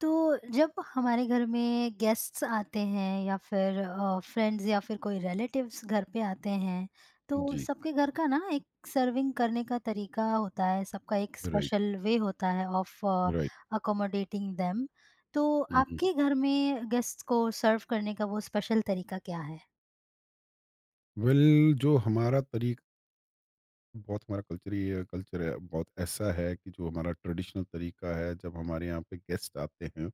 तो जब हमारे घर में गेस्ट्स आते हैं या फिर फ्रेंड्स या फिर कोई रिलेटिव्स घर पे आते हैं, तो जी, सबके घर का ना एक सर्विंग करने का तरीका होता है, सबका एक राइट, स्पेशल वे होता है ऑफ राइट। Accommodating them. तो हुँ, हुँ। आपके घर में गेस्ट को सर्व करने का वो स्पेशल तरीका क्या है? वेल, जो हमारा तरीक बहुत हमारा कल्चर ये कल्चर है, बहुत ऐसा है कि जो हमारा ट्रेडिशनल तरीका है जब हमारे यहाँ पे गेस्ट आते हैं,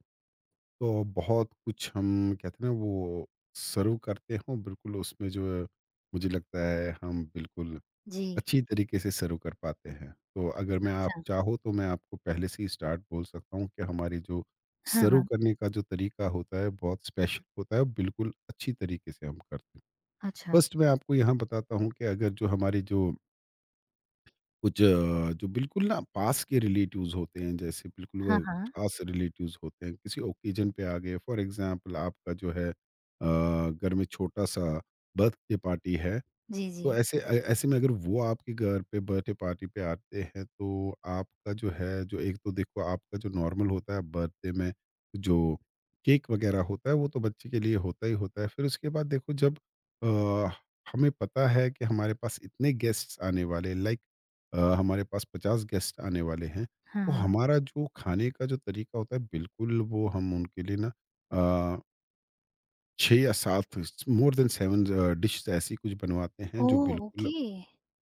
तो बहुत कुछ हम कहते हैं ना, वो सर्व करते हैं बिल्कुल। उसमें जो है, मुझे लगता है हम बिल्कुल जी। अच्छी तरीके से सर्व कर पाते हैं। तो अगर मैं, अच्छा। आप चाहो तो मैं आपको पहले से ही स्टार्ट बोल सकता हूँ कि हमारी जो हाँ, सर्व हाँ। करने का जो तरीका होता है बहुत स्पेशल होता है, बिल्कुल अच्छी तरीके से हम करते हैं। अच्छा। फर्स्ट मैं आपको यहाँ बताता हूँ कि अगर जो हमारे जो जो बिल्कुल ना पास के रिलेटिव्स होते हैं, जैसे बिल्कुल हाँ, वो हाँ। खास रिलेटिव्स होते हैं, किसी ओकेजन पे आ गए, फॉर एग्जांपल आपका जो है, घर में छोटा सा बर्थडे पार्टी है। जी, जी। तो ऐसे में अगर वो आपके घर पे बर्थडे पार्टी पे आते हैं, तो आपका जो है, जो एक तो देखो आपका जो नॉर्मल होता है बर्थडे में, जो केक वगैरह होता है वो तो बच्चे के लिए होता ही होता है। फिर उसके बाद देखो, जब अ, हमें पता है कि हमारे पास इतने गेस्ट्स आने वाले, लाइक हमारे पास 50 गेस्ट आने वाले हैं। हाँ, तो हाँ। हमारा जो खाने का जो तरीका होता है, बिल्कुल वो हम उनके लिए ना अ, छः या सात, मोर देन सेवन डिश ऐसी कुछ बनवाते हैं ओ। जो बिल्कुल। ओके।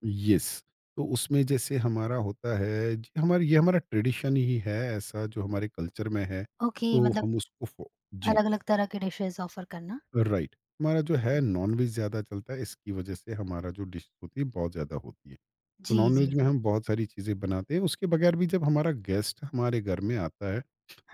यस। तो उसमें जैसे हमारा होता है, जी हमारा ये, हमारा ट्रेडिशन ही है ऐसा, जो हमारे कल्चर में है, ओके, तो मतलब हम उसको फॉ जी, अलग अलग तरह के डिशेस ऑफर करना। राइट। हमारा जो है नॉन-वेज ज़्यादा चलता है, इसकी वजह से हमारा जो डिश होती है बहुत ज़्यादा होती है। तो जी, जी, नॉनवेज में जी। हम बहुत सारी चीज़ें बनाते हैं। उसके बगैर भी, जब हमारा गेस्ट हमारे घर में आता है,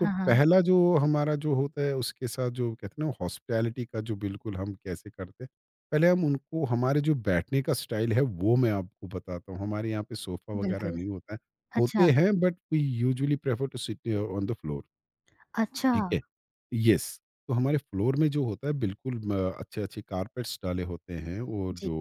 तो हाँ, पहला जो हमारा जो होता है उसके साथ, जो कहते हैं ना, हॉस्पिटैलिटी का, जो बिल्कुल हम कैसे करते हैं। पहले हम उनको, हमारे जो बैठने का स्टाइल है वो मैं आपको बताता हूँ। हमारे यहाँ पे सोफ़ा वगैरह बिल्कुल। नहीं होता है, अच्छा, होते हैं but we usually prefer to sit on the floor. अच्छा, ठीक है। येस। तो हमारे फ्लोर में जो होता है बिल्कुल, म अच्छे-अच्छे कारपेट्स डाले होते हैं और जी। जो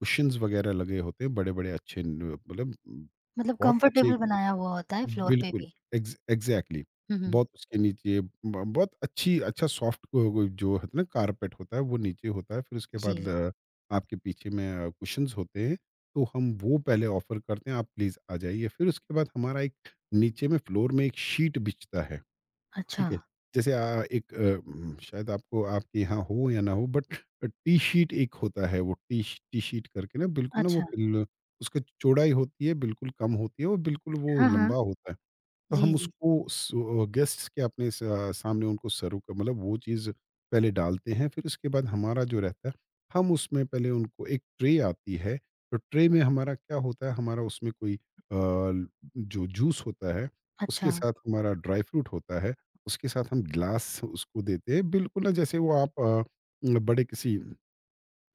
कुशन्स वगैरह लगे होते हैं बड़े-बड़े अच्छे न, मतलब मतलब बहुत अच्छे। कंफर्टेबल बनाया हुआ होता है फ्लोर पे बिल्कुल, भी। एग्ज़ैक्टली। हुँ, हुँ। बहुत उसके नीचे, ब बहुत अच्छी अच्छा सॉफ्ट जो है ना कारपेट होता है वो नीचे होता है, फिर उसके बाद जी, आपके पीछे में कुशन्स होते हैं, तो हम वो पहले ऑफ़र करते हैं, आप प्लीज़ आ जाइए। फिर उसके बाद हमारा एक, नीचे में फ्लोर में एक शीट बिछता है, अच्छा, ठीक है? जैसे एक शायद आपको, आपके यहाँ हो या ना हो बट टी शीट एक होता है वो, टी शीट करके ना, बिल्कुल ना वो अच्छा। पिल उसकी चौड़ाई होती है बिल्कुल कम होती है, और बिल्कुल वो हाँ, हाँ। लंबा होता है। तो जी, हम जी। उसको स गेस्ट्स के अपने, सामने उनको सर्व क मतलब, वो चीज़ पहले डालते हैं। फिर उसके बाद हमारा जो रहता है, हम उसमें पहले उनको एक ट्रे आती है, तो ट्रे में हमारा क्या होता है, हमारा उसमें कोई जो जूस होता है, उसके अच्छा, साथ हमारा ड्राई फ्रूट होता है, उसके साथ हम ग्लास उसको देते हैं, बिल्कुल ना, जैसे वो आप बड़े किसी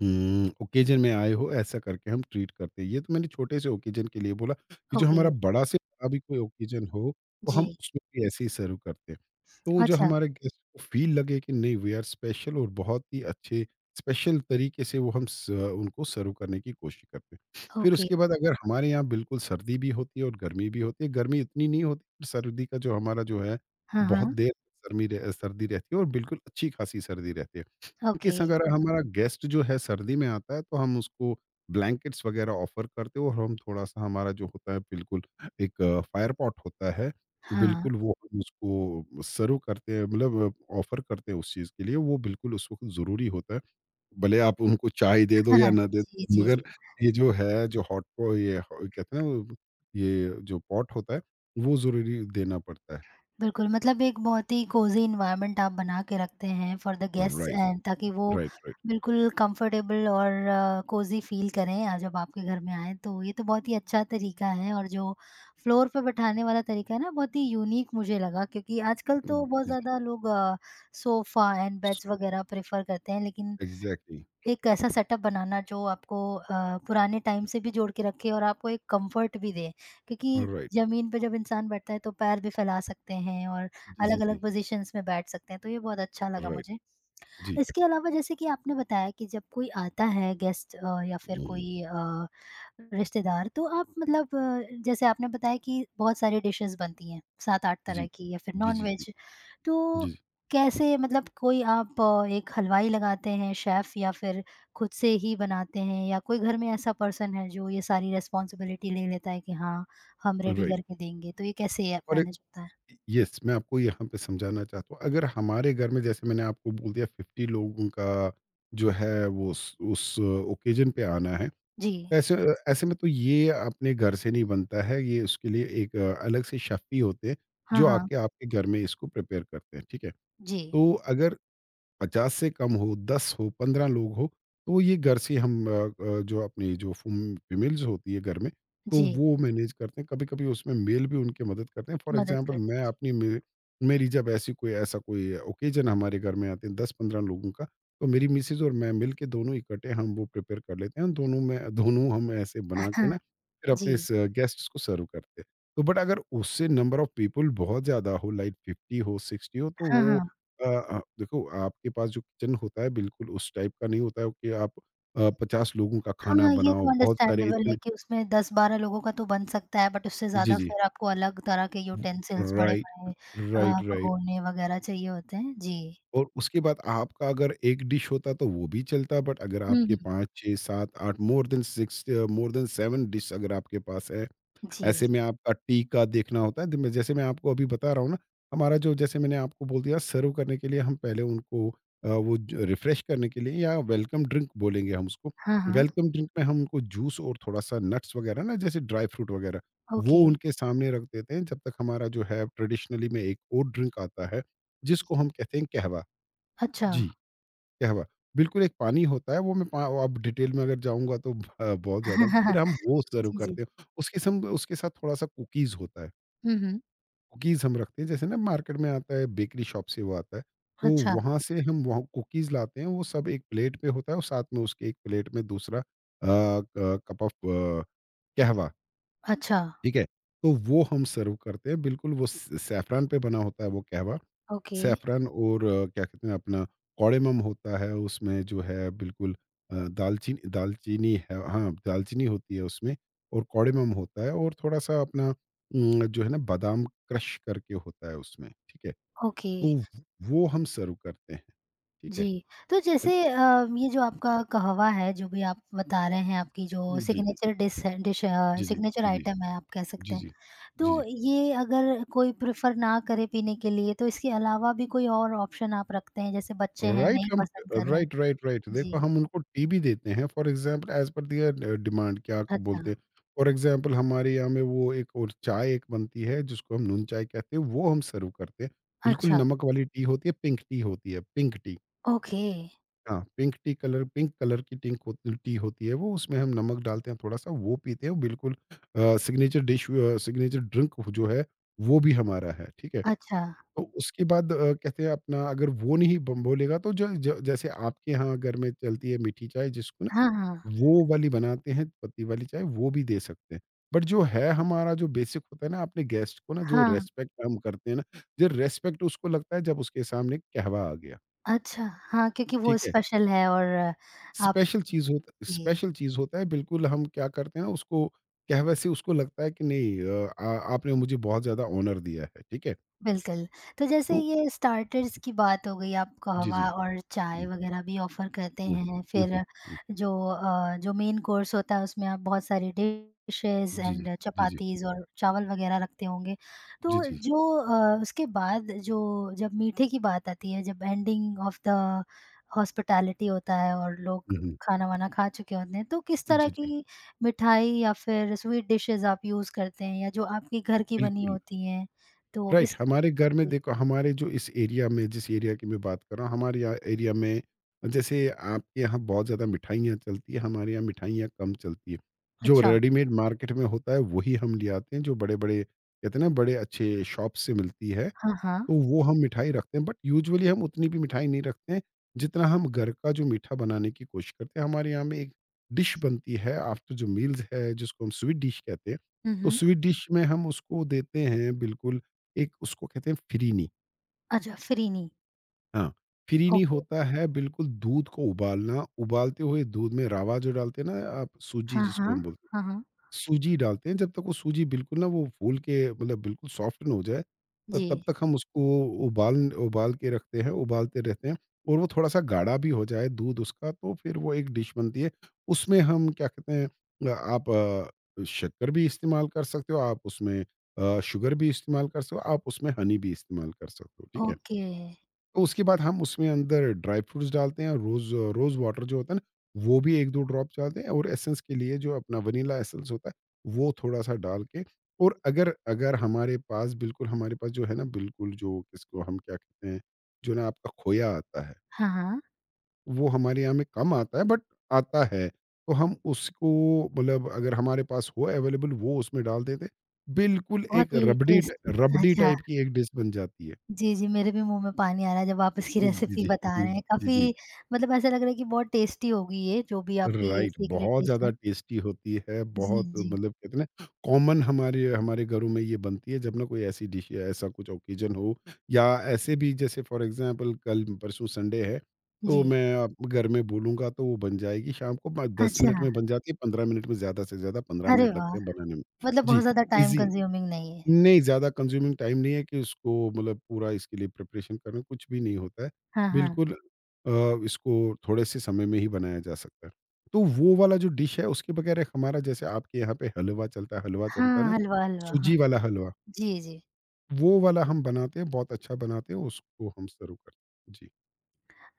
ओकेजन में आए हो, ऐसा करके हम ट्रीट करते हैं। ये तो मैंने छोटे से ओकेजन के लिए बोला, कि जो ओके, हमारा बड़ा से बड़ा भी कोई ओकेजन हो, तो जी। हम उसमें भी ऐसे ही सर्व करते हैं। तो जो अच्छा, हमारे गेस्ट को फ़ील लगे कि नहीं, वी आर स्पेशल, और बहुत ही अच्छे स्पेशल तरीके से वो हम स उनको सर्व करने की कोशिश करते हैं। फिर ओके। उसके बाद, अगर हमारे यहाँ बिल्कुल सर्दी भी होती है और गर्मी भी होती है, गर्मी इतनी नहीं होती, पर सर्दी का जो हमारा जो है, हाँ, बहुत हाँ, देर गर्मी रह सर्दी रहती है, और बिल्कुल अच्छी-खासी सर्दी रहती है। ओके। केस अगर हमारा गेस्ट जो है सर्दी में आता है, तो हम उसको ब्लैंकेट्स वगैरह ऑफर करते हो, और हम थोड़ा-सा हमारा जो होता है बिल्कुल, एक फायर पॉट होता है। हाँ, बिल्कुल वो हम उसको सर्व करते हैं, मतलब ऑफर करते हैं उस चीज़ के लिए, वो बिल्कुल उस वक़्त ज़रूरी होता है। भले आप उनको चाय दे दो है ना? या ना दे जी, दो, जी, मगर जी। ये जो है जो हॉट पॉ ये हो कहते हैं ना वो, ये जो पॉट होता है, वो ज़रूरी देना पड़ता है। बिल्कुल, मतलब एक बहुत ही कोज़ी एनवायरनमेंट आप बना के रखते हैं for the guests right, and ताकि वो राइट, राइट। बिल्कुल कंफर्टेबल और कोज़ी फ़ील करें, जब आपके घर में आएँ। तो ये तो बहुत ही अच्छा तरीका है, और जो फ्लोर पे बैठाने वाला तरीका है ना, बहुत ही यूनिक मुझे लगा, क्योंकि आजकल तो बहुत जी, ज़्यादा लोग सोफ़ा एंड बेड्स जी। वगैरह प्रेफ़र करते हैं, लेकिन एग्ज़ैक्टली, एक ऐसा सेटअप बनाना जो आपको पुराने टाइम से भी जोड़ के रखे और आपको एक कंफर्ट भी दे, क्योंकि राइट। ज़मीन पे जब इंसान बैठता है तो पैर भी फैला सकते हैं और जी, जी, जी। अलग-अलग पोज़ीशंस में बैठ सकते हैं, तो ये बहुत अच्छा लगा राइट, मुझे। जी। इसके अलावा जैसे कि आपने बताया कि जब कोई आता है गेस्ट, या फिर हुँ। कोई रिश्तेदार, तो आप मतलब, जैसे आपने बताया कि बहुत सारी डिशेज़ बनती हैं, 7-8 जी। तरह की या फिर जी, जी, जी। नॉन-वेज, तो जी, जी। कैसे मतलब एक हलवाई लगाते हैं शेफ़, या फिर खुद से ही बनाते हैं, या कोई घर में ऐसा पर्सन है जो ये सारी रिस्पॉन्सिबिलिटी ले लेता है कि हाँ, हम रेडी राइट। करके देंगे? तो ये कैसे और मैनेज होता है? येस, मैं आपको यहाँ पे समझाना चाहता हूँ, अगर हमारे घर में, जैसे मैंने आपको बोल दिया, 50 लोगों का जो है वो उस ओकेज़न पे आना है, जी। तो ऐसे ऐसे में तो ये अपने घर से नहीं बनता है, ये उसके लिए एक अलग से शेफ़ ही होते हैं, हाँ, जो हाँ। आके आपके घर में इसको प्रिपेयर करते हैं, ठीक है? जी, तो अगर 50 से कम हो, 10 हो, 15 लोग हो, तो ये घर से हम जो अपनी जो फुम फीमेल्स होती है घर में, तो जी, वो मैनेज करते हैं। कभी-कभी उसमें मेल भी उनकी मदद करते हैं। फॉर मदद एग्ज़ाम्पल, करते हैं। मैं जी। अपनी मे मेरी जब ऐसी कोई, ऐसा कोई ओकेजन हमारे घर में आते हैं, 10-15 लोगों का, तो मेरी मिसेज़ और मैं मिलके दोनों इकट्ठे हम वो प्रिपेयर कर लेते हैं। दोनों में दोनों हम ऐसे बना के हाँ, ना, फिर जी। अपने इस गेस्ट्स को सर्व करते हैं। तो बट अगर उससे नंबर ऑफ पीपल बहुत ज़्यादा हो, लाइक 50 हो, 60 हो, तो हाँ, वो हाँ। देखो, आपके पास जो किचन होता है बिल्कुल उस टाइप का नहीं होता है कि आप 50 लोगों का खाना हाँ, ये बनाओ, तो बहुत सारे अंडरस्टैंडेबल है इतने। कि उसमें 10-12 लोगों का तो बन सकता है, बट उससे जी, ज़्यादा जी। फिर आपको अलग तरह के यूटेंसिल्स, राइट, बड़े-बड़े राइट, राइट। भगोने वगैरह चाहिए होते हैं। जी। और उसके बाद आपका, अगर एक डिश होता तो वो भी चलता, बट अगर हुँ, आपके हुँ। 5, 6, 7, 8, more than 6, more than 7 dish अगर आपके पास है, जी। ऐसे में आपका टी का देखना होता है। द मैं, जैसे मैं आपको अभी बता रहा हूँ ना, हमारा जो, जैसे मैंने आपको बोल दिया, सर्व करने के लिए हम पहले उनको वो ज रिफ्रेश करने के लिए, या वेलकम ड्रिंक बोलेंगे हम उसको। हाँ, हाँ। वेलकम ड्रिंक में हम उनको जूस और थोड़ा-सा नट्स वगैरह ना, जैसे ड्राई फ्रूट वगैरह, वो ओके। उनके सामने रख देते हैं, जब तक हमारा जो है ट्रेडिशनली में एक और ड्रिंक आता है, जिसको हम कहते हैं कहवा। अच्छा। जी। क्या हुआ? बिल्कुल एक पानी होता है, वो मैं पा वो अब डिटेल में अगर जाऊँगा तो बहुत ज़्यादा, फिर हम वो सर्व जी, जी। करते हैं। उसके साथ थोड़ा-सा कुकीज़ होता है। हुँ, हुँ। कुकीज़ हम रखते हैं, जैसे ना मार्केट में आता है बेकरी शॉप से, वो आता है। तो अच्छा, वहाँ से हम, वहाँ कुकीज़ लाते हैं, वो सब एक प्लेट पे होता है, और साथ में उसके एक प्लेट में दूसरा क कप ऑफ कहवा, अच्छा। ठीक है? तो वो हम सर्व करते हैं, बिल्कुल वो स सैफ़्रॉन पे बना होता है वो कहवा। ओके, सैफ़्रॉन और क्या कहते हैं अपना, कौड़ेमम होता है उसमें, जो है बिल्कुल दालचीनी है, हाँ, दालचीनी होती है उसमें, और कौड़ेमम होता है, और थोड़ा-सा अपना जो है ना, बादाम क्रश करके होता है उसमें, ठीक है? ओके। तो व वो हम सर्व करते हैं, ठीक है? जी। तो अ, जैसे, ये जो आपका कहवा है, जो भी आप बता रहे हैं, आपकी जो जी, जी। सिग्नेचर डिश है अ, जी, जी। सिग्नेचर जी, जी। आइटम है आप कह जी, सकते हैं। जी। जी, जी। तो ये अगर कोई प्रेफ़र ना करे पीने के लिए, तो इसके अलावा भी कोई और ऑप्शन आप रखते हैं? जैसे बच्चे हैं, राइट, नहीं हम पसंद कर रहे हैं। Right, right, right. देखो, जी। हम उनको टीवी देते हैं, for example, as per their demand, क्या अच्छा, बोलते हैं, फॉर एग्ज़ाम्पल हमारे यहाँ में वो एक और चाय एक बनती है, जिसको हम नून चाय कहते हैं, वो हम सर्व करते हैं। बिल्कुल अच्छा, नमक वाली टी होती है, पिंक टी होती है, पिंक टी। ओके। हाँ, pink tea colour, pink colour की टिंक होती टी होती है वो, उसमें हम नमक डालते हैं थोड़ा-सा, वो पीते हैं, वो बिल्कुल सिग्नेचर ड्रिंक जो है, वो भी हमारा है, ठीक है। अच्छा। तो उसके बाद कहते हैं अपना, अगर वो नहीं ब बोलेगा तो, ज ज जैसे आपके यहाँ घर में चलती है मीठी चाय, जिसको ना हाँ, हाँ। वो वाली बनाते हैं पत्ती वाली चाय, वो भी दे सकते हैं। बट जो है हमारा जो बेसिक होता है ना, अपने गेस्ट को ना जो हाँ, रिस्पेक्ट हम करते हैं ना, जो रिस्पेक्ट उसको लगता है जब उसके सामने कहवा आ गया, अच्छा। हाँ, क्योंकि वो ठीक है? स्पेशल है और आप जी। स्पेशल चीज़ होता है, बिल्कुल हम क्या करते हैं ना उसको, कहवे से उसको लगता है कि नहीं, आ आपने मुझे बहुत ज़्यादा ऑनर दिया है, ठीक है? बिल्कुल, तो जैसे तो ये स्टार्टर्स की बात हो गई, आप जी, जी। कहवा और चाय हुँ, वग़ैरह भी ऑफ़र करते हुँ, हैं, हुँ, फिर हुँ। जो मेन कोर्स होता है उसमें आप बहुत सारी डिशेज़ जी, जी। एंड जी, जी। चपातीज़ और चावल वग़ैरह रखते होंगे। जी, तो जी। जो अ, उसके बाद जो जब मीठे की बात आती है, जब एंडिंग ऑफ द हॉस्पिटैलिटी होता है और हुँ, लोग हुँ। खाना-वाना खा चुके होते हैं, तो किस तरह जी, जी। की मिठाई या फिर स्वीट डिशेज़ आप यूज़ करते हैं, या जो आपके घर की बनी बिल्कुल, होती हैं? तो राइट, इस हमारे घर में जी, देखो, हमारे जो इस एरिया में, जिस एरिया की मैं बात कर रहा हूँ, हमारे यहाँ एरिया में जैसे आपके यहाँ बहुत ज़्यादा मिठाइयाँ चलती है, हमारे यहाँ मिठाइयाँ कम चलती है। जो अच्छा, रेडीमेड मार्केट में होता है वही हम ले आते हैं, जो बड़े-बड़े कहते हैं ना बड़े अच्छे शॉप से मिलती है। हाँ, हाँ। तो वो हम मिठाई रखते हैं, बट यूजुअली हम उतनी भी मिठाई नहीं रखते हैं जितना हम घर का जो मीठा बनाने की कोशिश करते हैं। हमारे यहाँ में एक डिश बनती है आफ्टर जो मील्स है, जिसको हम स्वीट डिश कहते हैं। हुँ, तो हुँ। स्वीट डिश में हम उसको देते हैं, बिल्कुल। एक उसको कहते हैं फिरीनी। अच्छा, फ़िरिनी, हाँ, फिरीनी ओके, होता है बिल्कुल दूध को उबालना, उबालते हुए दूध में रावा जो डालते हैं ना आप, सूजी हाँ, जिसको हाँ, हम बोलते हैं। हाँ, हाँ। सूजी डालते हैं, जब तक वो सूजी बिल्कुल ना वो फूल के मतलब बिल्कुल सॉफ्ट ना हो जाए, त जी, तब तक हम उसको उबाल उबाल के रखते हैं, उबालते रहते हैं। और वो थोड़ा-सा गाढ़ा भी हो जाए दूध उसका, तो फिर वो एक डिश बनती है। उसमें हम क्या कहते हैं, आप शक्कर भी इस्तेमाल कर सकते हो, आप उसमें शुगर भी इस्तेमाल कर सकते हो, आप उसमें हनी भी इस्तेमाल कर सकते हो, ठीक है? ओके, तो उसके बाद हम उसमें अंदर ड्राई फ्रूट्स डालते हैं, और रोज़ रोज़ वाटर जो होता है ना, वो भी 1-2 ड्रॉप डालते हैं। और एसेंस के लिए जो अपना वनीला एसेंस होता है, वो थोड़ा-सा डाल के। और अगर अगर हमारे पास बिल्कुल, हमारे पास जो है ना बिल्कुल, जो इसको हम क्या कहते हैं, जो ना आपका खोया आता है, हाँ, हाँ। वो हमारे यहाँ में कम आता है बट आता है। तो हम उसको, मतलब अगर हमारे पास हो अवेलेबल, वो उसमें डाल देते, बिल्कुल एक बहुत ही रबड़ी ट टेस्ट रबड़ी अच्छा, टाइप की एक डिश बन जाती है। जी, जी, मेरे भी मुँह में पानी आ रहा है जब आप इसकी जी, रेसिपी जी। बता रहे हैं, जी, जी। काफ़ी मतलब ऐसा लग रहा है कि बहुत टेस्टी होगी ये, जो भी आपकी राइट, सीक्रेट बहुत डिश ज़्यादा है। टेस्टी होती है, जी, बहुत। जी, मतलब कहते हैं ना कॉमन हमारे हमारे घरों में ये बनती है, जब ना कोई ऐसी डिश या ऐसा कुछ ओकेज़न हो, या ऐसे भी। जैसे फॉर एग्ज़ाम्पल कल परसों संडे है, तो जी, मैं आप घर में बोलूँगा तो वो बन जाएगी शाम को, ब 10 मिनट अच्छा, में बन जाती है, 15 मिनट में, ज़्यादा से ज़्यादा 15 अरे मिनट वाह! लगते हैं बनाने में। मतलब बहुत जी, ज़्यादा टाइम ईज़ी। कंज्यूमिंग नहीं है। नहीं, ज़्यादा कंज़्यूमिंग टाइम नहीं है कि उसको मतलब पूरा इसके लिए प्रिपरेशन करना, कुछ भी नहीं होता है। हाँ, हाँ, बिल्कुल, इसको थोड़े से समय में ही बनाया जा सकता है। तो वो वाला जो डिश है, उसके बगैर एक हमारा, जैसे आपके यहाँ पे हलवा चलता है, हलवा चलता है हाँ, ना, हलवा, हलवा, सूजी हाँ, वाला हलवा, जी, जी। वो वाला हम बनाते हैं, बहुत अच्छा बनाते हैं, उसको हम सर्व करते हैं। जी।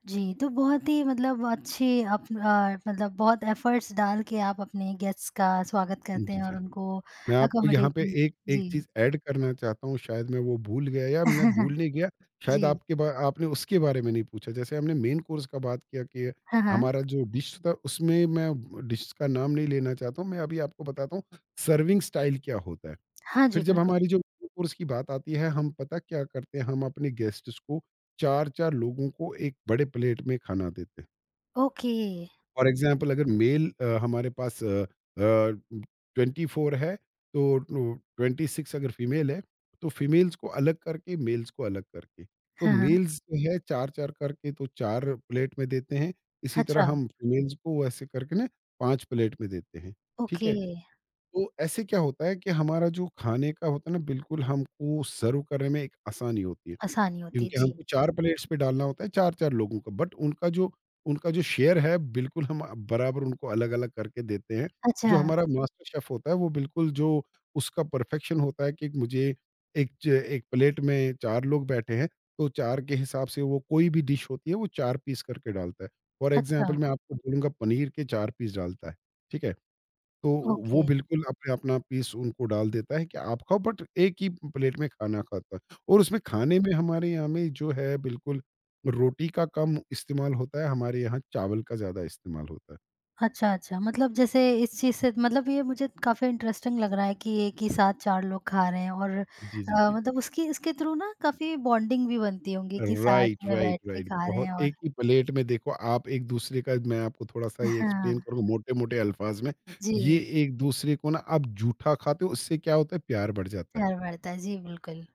जी, तो बहुत ही मतलब अच्छे अप अ, मतलब बहुत एफ़र्ट्स डाल के आप अपने गेस्ट्स का स्वागत करते जी, हैं जी। और उनको मैं आपको यहाँ अकोमोडेट। पे एक एक जी। चीज़ ऐड करना चाहता हूँ, शायद मैं वो भूल गया, या मैं भूल नहीं गया, शायद जी। आपके बा आपने उसके बारे में नहीं पूछा। जैसे हमने मेन कोर्स का बात किया कि हाँ, हाँ। हमारा जो डिश था, उसमें मैं डिश का नाम नहीं लेना चाहता हूँ। मैं अभी आपको बताता हूँ, सर्विंग स्टाइल क्या होता है। हाँ फिर जी, जब बिल्कुल। हमारी जो मेन कोर्स की बात आती है, हम पता क्या करते हैं, हम अपने गेस्ट्स को 4-4 लोगों को एक बड़े प्लेट में खाना देते हैं। ओके। फॉर एग्ज़ाम्पल अगर मेल हमारे पास अ, 24 है, तो नो, 26, अगर फीमेल है, तो फीमेल्स को अलग करके, मेल्स को अलग करके। तो हाँ, हाँ। मेल्स जो है 4-4 करके तो 4 प्लेट में देते हैं। इसी तरह अच्छा, हम फीमेल्स को ऐसे करके ना 5 प्लेट में देते हैं, ठीक ओके। है? तो ऐसे क्या होता है कि हमारा जो खाने का होता है ना, बिल्कुल हमको सर्व करने में एक आसानी होती है। आसानी होती है, क्योंकि जी। हमको 4 प्लेट्स पे डालना होता है 4-4 लोगों का, बट उनका जो, शेयर है बिल्कुल, हम बराबर उनको अलग-अलग करके देते हैं। अच्छा, जो हमारा मास्टर शेफ़ होता है, वो बिल्कुल, जो उसका परफेक्शन होता है कि मुझे, एक च एक प्लेट में 4 लोग बैठे हैं, तो 4 के हिसाब से वो कोई भी डिश होती है वो 4 पीस करके डालता है। फॉर एग्ज़ाम्पल अच्छा, मैं आपको बोलूँगा पनीर के 4 पीस डालता है, ठीक है? तो वो ओके। बिल्कुल अपना-अपना पीस उनको डाल देता है कि आप खाओ, बट एक ही प्लेट में खाना खाता है, और उसमें खाने में हमारे यहाँ में जो है बिल्कुल रोटी का कम इस्तेमाल होता है, हमारे यहाँ चावल का ज़्यादा इस्तेमाल होता है। अच्छा, अच्छा, मतलब जैसे इस चीज़ से मतलब ये मुझे काफ़ी इंटरेस्टिंग लग रहा है कि एक ही साथ 4 लोग खा रहे हैं, और जी, जी, जी। मतलब उसकी इसके थ्रू ना काफ़ी बॉन्डिंग भी बनती होंगी कि साथ राइट, में राइट, बैठ के राइट। खा रहे बहुत हैं, और एक ही प्लेट में, देखो, आप एक-दूसरे का, मैं आपको थोड़ा-सा ये हाँ, एक्सप्लेन करूँ मोटे-मोटे अल्फाज़ में, ये जी, एक-दूसरे को ना आप जूठा खाते हो, उससे क्या होता है प्यार बढ़ जाता है। प्यार बढ़ता है। जी, बिल्कुल।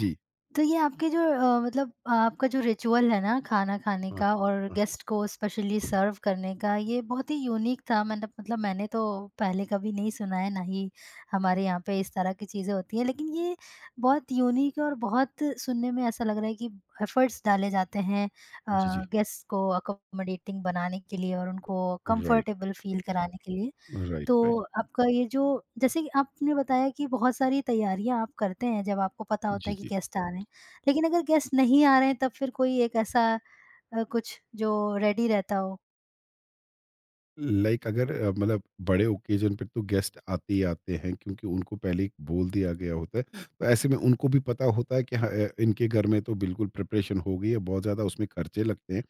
जी। तो ये आपके जो अ, मतलब आपका जो रिचुअल है ना खाना खाने हाँ, का और हाँ। गेस्ट को स्पेशली सर्व करने का, ये बहुत ही यूनिक था। मैंने मतलब मैंने तो पहले कभी नहीं सुना है, ना ही हमारे यहाँ पे इस तरह की चीज़ें होती हैं। लेकिन ये बहुत यूनिक है, और बहुत सुनने में ऐसा लग रहा है कि एफर्ट्स डाले जाते हैं, जी, अ, जी। गेस्ट को अकोमोडेटिंग बनाने के लिए और उनको राइट, कंफर्टेबल फील कराने के लिए। राइट, तो राइट। आपका ये जो जैसे कि आपने बताया कि बहुत सारी तैयारियाँ आप करते हैं जब आपको पता होता जी, है कि जी। गेस्ट आ रहे हैं। लेकिन अगर गेस्ट नहीं आ रहे हैं, तब फिर कोई एक ऐसा, कुछ जो रेडी रहता हो? लाइक अगर, मतलब बड़े ओकेजन पे तो गेस्ट आते ही आते हैं, क्योंकि उनको पहले ही बोल दिया गया होता है, तो ऐसे में उनको भी पता होता है कि हाँ, इनके घर में तो बिल्कुल प्रिपरेशन हो गई है, बहुत ज़्यादा उसमें खर्चे लगते हैं,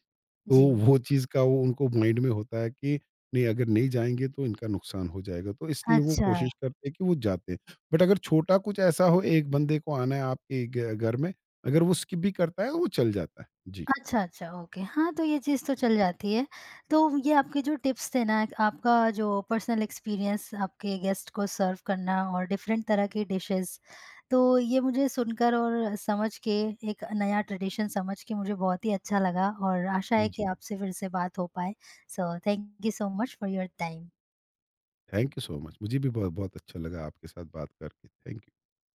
तो जी। वो चीज़ का वो उनको माइंड में होता है कि नहीं, अगर नहीं जाएंगे तो इनका नुकसान हो जाएगा, तो इसलिए वो अच्छा। कोशिश करते हैं कि वो जाते हैं। बट अगर छोटा कुछ ऐसा हो, एक बंदे को आना है आपके घर में, अगर वो स्किप भी करता है वो चल जाता है। जी, अच्छा, अच्छा, ओके। हाँ, तो ये चीज़ तो चल जाती है। तो ये आपके जो टिप्स थे ना, आपका जो पर्सनल एक्सपीरियंस आपके गेस्ट को सर्व करना और डिफरेंट तरह की डिशेज़, तो ये मुझे सुनकर और समझ के एक नया ट्रेडिशन समझ के मुझे बहुत ही अच्छा लगा, और आशा जी, है कि जी। आपसे फिर से बात हो पाए। So thank you so much for your time. Thank you so much, मुझे भी बहुत बहुत अच्छा लगा आपके साथ बात करके। Thank you.